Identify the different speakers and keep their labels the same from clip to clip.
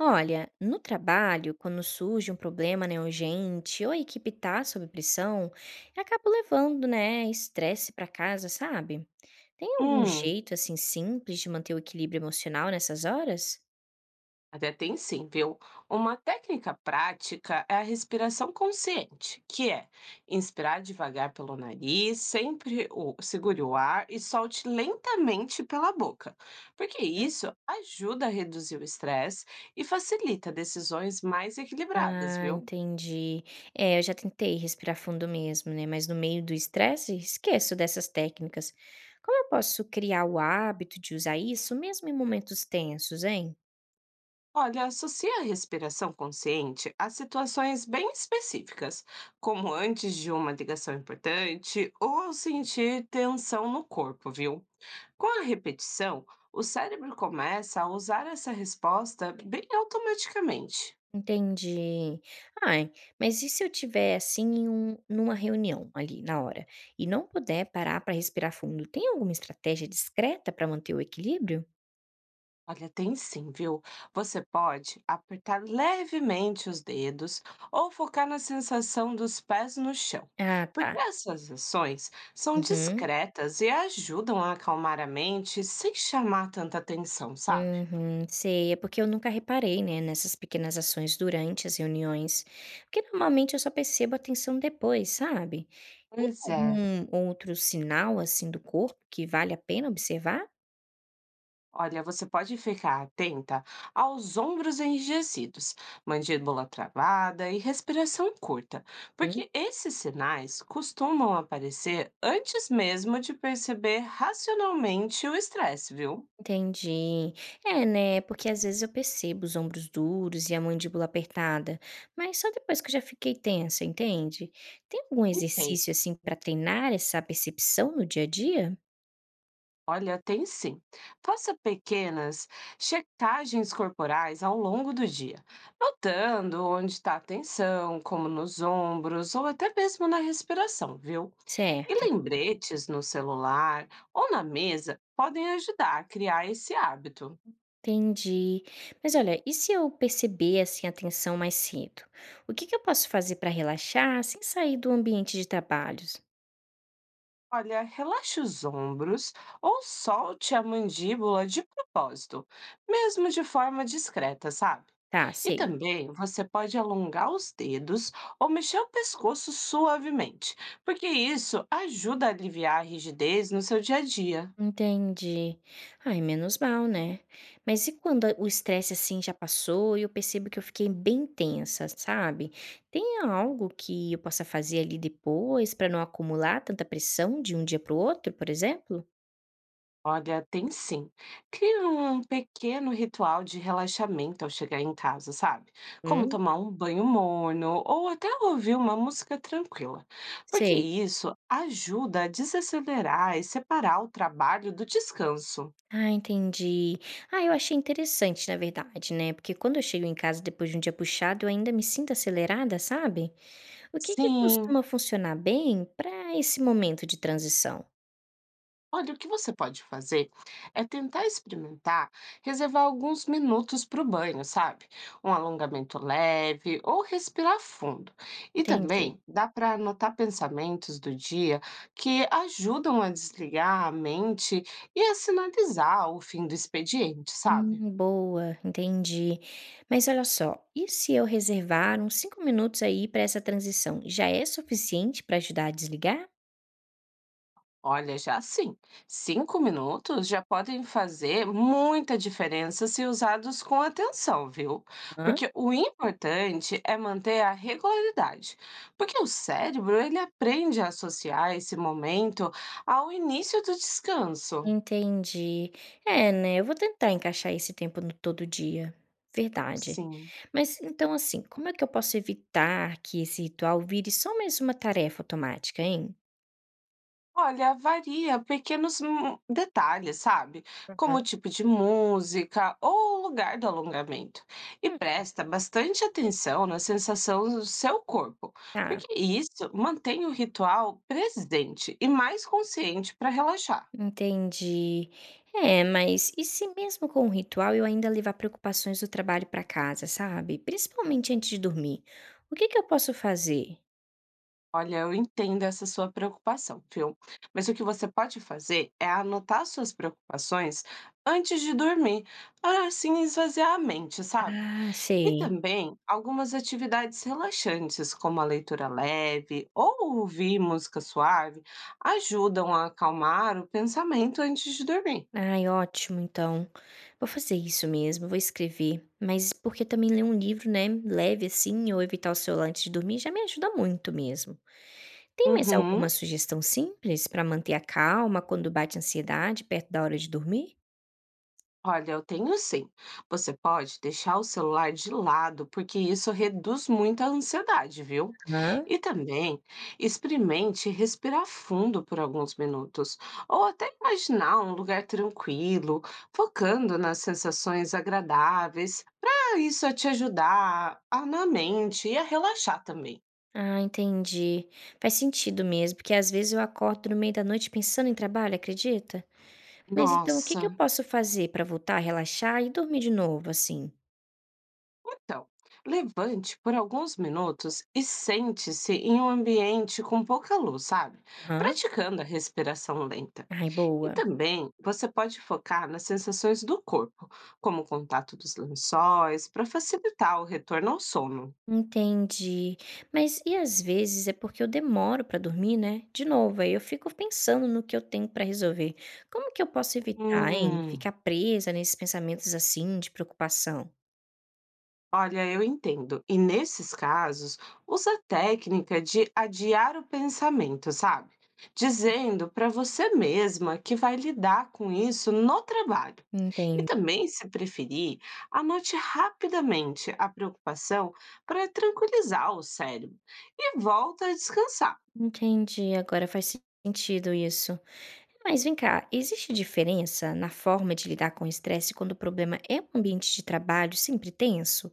Speaker 1: Olha, no trabalho, quando surge um problema, né, urgente, ou a equipe tá sob pressão, eu acabo levando, né, estresse pra casa, sabe? Tem algum
Speaker 2: Hum,
Speaker 1: jeito assim simples de manter o equilíbrio emocional nessas horas?
Speaker 2: até tem sim, viu? Uma técnica prática é a respiração consciente, que é inspirar devagar pelo nariz, segure o ar e solte lentamente pela boca, porque
Speaker 1: Hum?
Speaker 2: isso ajuda a reduzir o estresse e facilita decisões mais equilibradas,
Speaker 1: Ah,
Speaker 2: viu?
Speaker 1: entendi. É, eu já tentei respirar fundo mesmo, né? Mas no meio do estresse, esqueço dessas técnicas. Como eu posso criar o hábito de usar isso mesmo em momentos tensos, hein?
Speaker 2: Olha, associa a respiração consciente a situações bem específicas, como antes de uma ligação importante ou ao sentir tensão no corpo, viu? Com a repetição, o cérebro começa a usar essa resposta bem automaticamente.
Speaker 1: Entendi. Ai, mas e se eu tiver assim numa reunião ali na hora e não puder parar para respirar fundo, tem alguma estratégia discreta para manter o equilíbrio?
Speaker 2: Olha, tem sim, viu? Você pode apertar levemente os dedos ou focar na sensação dos pés no chão,
Speaker 1: Ah,
Speaker 2: porque
Speaker 1: tá.
Speaker 2: essas ações são
Speaker 1: Uhum.
Speaker 2: discretas e ajudam a acalmar a mente sem chamar tanta atenção, sabe?
Speaker 1: Uhum, sei, é porque eu nunca reparei, né, nessas pequenas ações durante as reuniões, porque normalmente eu só percebo a tensão depois, sabe? Tem
Speaker 2: Pois é.
Speaker 1: algum outro sinal assim do corpo que vale a pena observar?
Speaker 2: Olha, você pode ficar atenta aos ombros enrijecidos, mandíbula travada e respiração curta, porque esses sinais costumam aparecer antes mesmo de perceber racionalmente o estresse, viu?
Speaker 1: Entendi. É, né? Porque às vezes eu percebo os ombros duros e a mandíbula apertada, mas só depois que eu já fiquei tensa, entende? Tem algum
Speaker 2: Entende?
Speaker 1: exercício assim para treinar essa percepção no dia a dia?
Speaker 2: Olha, tem sim. Faça pequenas checagens corporais ao longo do dia, notando onde está a tensão, como nos ombros ou até mesmo na respiração, viu?
Speaker 1: Certo.
Speaker 2: E lembretes no celular ou na mesa podem ajudar a criar esse hábito.
Speaker 1: Entendi. Mas olha, e se eu perceber assim a tensão mais cedo? O que que eu posso fazer para relaxar sem sair do ambiente de trabalhos?
Speaker 2: Olha, relaxe os ombros ou solte a mandíbula de propósito, mesmo de forma discreta, sabe?
Speaker 1: Tá,
Speaker 2: E
Speaker 1: sei.
Speaker 2: também você pode alongar os dedos ou mexer o pescoço suavemente, porque isso ajuda a aliviar a rigidez no seu dia a dia.
Speaker 1: Entendi. Ai, menos mal, né. Mas e quando o estresse, assim, já passou e eu percebo que eu fiquei bem tensa, sabe. Tem algo que eu possa fazer ali depois para não acumular tanta pressão de um dia para o outro, por exemplo?
Speaker 2: Olha, tem sim. Cria um pequeno ritual de relaxamento ao chegar em casa, sabe? Como
Speaker 1: Hum,
Speaker 2: tomar um banho morno ou até ouvir uma música tranquila. Porque
Speaker 1: sei.
Speaker 2: isso ajuda a desacelerar e separar o trabalho do descanso.
Speaker 1: Ah, entendi. Ah, eu achei interessante, na verdade, né, porque quando eu chego em casa depois de um dia puxado, eu ainda me sinto acelerada, sabe. O que que
Speaker 2: Sim.
Speaker 1: costuma funcionar bem para esse momento de transição?
Speaker 2: Olha, o que você pode fazer é tentar experimentar reservar alguns minutos para o banho, sabe? Um alongamento leve ou respirar fundo. E
Speaker 1: Entendi.
Speaker 2: também dá para anotar pensamentos do dia que ajudam a desligar a mente e a sinalizar o fim do expediente, sabe?
Speaker 1: Boa, entendi. Mas olha só, e se eu reservar uns 5 minutos aí para essa transição, já é suficiente para ajudar a desligar?
Speaker 2: Olha, já sim, 5 minutos já podem fazer muita diferença se usados com atenção, viu?
Speaker 1: Hã?
Speaker 2: Porque o importante é manter a regularidade, porque o cérebro ele aprende a associar esse momento ao início do descanso.
Speaker 1: Entendi. É, né? Eu vou tentar encaixar esse tempo no todo dia. Verdade.
Speaker 2: Sim.
Speaker 1: Mas então, assim, como é que eu posso evitar que esse ritual vire só mais uma tarefa automática, hein?
Speaker 2: Olha, varia pequenos detalhes, sabe? Como
Speaker 1: Uhum.
Speaker 2: o tipo de música ou o lugar do alongamento. E
Speaker 1: Hum,
Speaker 2: presta bastante atenção na sensação do seu corpo,
Speaker 1: tá.
Speaker 2: porque isso mantém o ritual presente e mais consciente para relaxar.
Speaker 1: Entendi. É, mas e se mesmo com o ritual eu ainda levar preocupações do trabalho para casa, sabe? Principalmente antes de dormir. O que que eu posso fazer?
Speaker 2: Olha, eu entendo essa sua preocupação, viu? Mas o que você pode fazer é anotar suas preocupações antes de dormir, para assim esvaziar a mente, sabe?
Speaker 1: Ah,
Speaker 2: E
Speaker 1: sei.
Speaker 2: também algumas atividades relaxantes, como a leitura leve ou ouvir música suave, ajudam a acalmar o pensamento antes de dormir.
Speaker 1: Ai, ótimo, então. Vou fazer isso mesmo, vou escrever. Mas porque também ler um livro, né, leve assim, ou evitar o celular antes de dormir, já me ajuda muito mesmo. Tem mais
Speaker 2: Uhum.
Speaker 1: alguma sugestão simples para manter a calma quando bate a ansiedade perto da hora de dormir?
Speaker 2: Olha, eu tenho sim. Você pode deixar o celular de lado, porque isso reduz muito a ansiedade, viu? E também experimente respirar fundo por alguns minutos, ou até imaginar um lugar tranquilo, focando nas sensações agradáveis, para isso te ajudar na mente e a relaxar também.
Speaker 1: Ah, entendi. Faz sentido mesmo, porque às vezes eu acordo no meio da noite pensando em trabalho, acredita? Mas então o que que
Speaker 2: Nossa.
Speaker 1: eu posso fazer para voltar a relaxar e dormir de novo, assim?
Speaker 2: Então, levante por alguns minutos e sente-se em um ambiente com pouca luz, sabe?
Speaker 1: Aham.
Speaker 2: Praticando a respiração lenta.
Speaker 1: Ai,
Speaker 2: E
Speaker 1: boa.
Speaker 2: também você pode focar nas sensações do corpo, como o contato dos lençóis, para facilitar o retorno ao sono.
Speaker 1: Entendi. Mas e às vezes é porque eu demoro para dormir, né? De novo, aí eu fico pensando no que eu tenho para resolver. Como que eu posso evitar, hein,
Speaker 2: Hum.
Speaker 1: ficar presa nesses pensamentos assim de preocupação?
Speaker 2: Olha, eu entendo. E nesses casos, usa a técnica de adiar o pensamento, sabe? Dizendo para você mesma que vai lidar com isso no trabalho. E
Speaker 1: Entendi.
Speaker 2: também, se preferir, anote rapidamente a preocupação para tranquilizar o cérebro e volta a descansar.
Speaker 1: Entendi, agora faz sentido isso. Mas vem cá, existe diferença na forma de lidar com o estresse quando o problema é um ambiente de trabalho sempre tenso?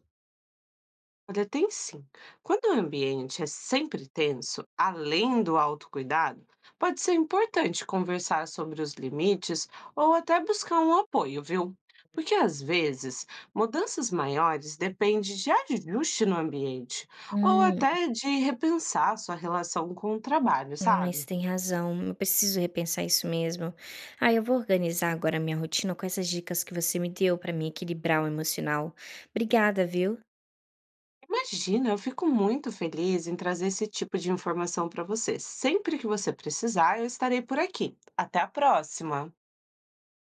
Speaker 2: Olha, tem sim. Quando o ambiente é sempre tenso, além do autocuidado, pode ser importante conversar sobre os limites ou até buscar um apoio, viu? Porque às vezes mudanças maiores dependem de ajuste no ambiente ou
Speaker 1: Hum,
Speaker 2: até de repensar sua relação com o trabalho,
Speaker 1: ai, você
Speaker 2: sabe?
Speaker 1: tem razão. Eu preciso repensar isso mesmo. Ah, eu vou organizar agora a minha rotina com essas dicas que você me deu para me equilibrar o emocional. Obrigada, viu?
Speaker 2: Imagina, eu fico muito feliz em trazer esse tipo de informação para você. Sempre que você precisar, eu estarei por aqui. Até a próxima!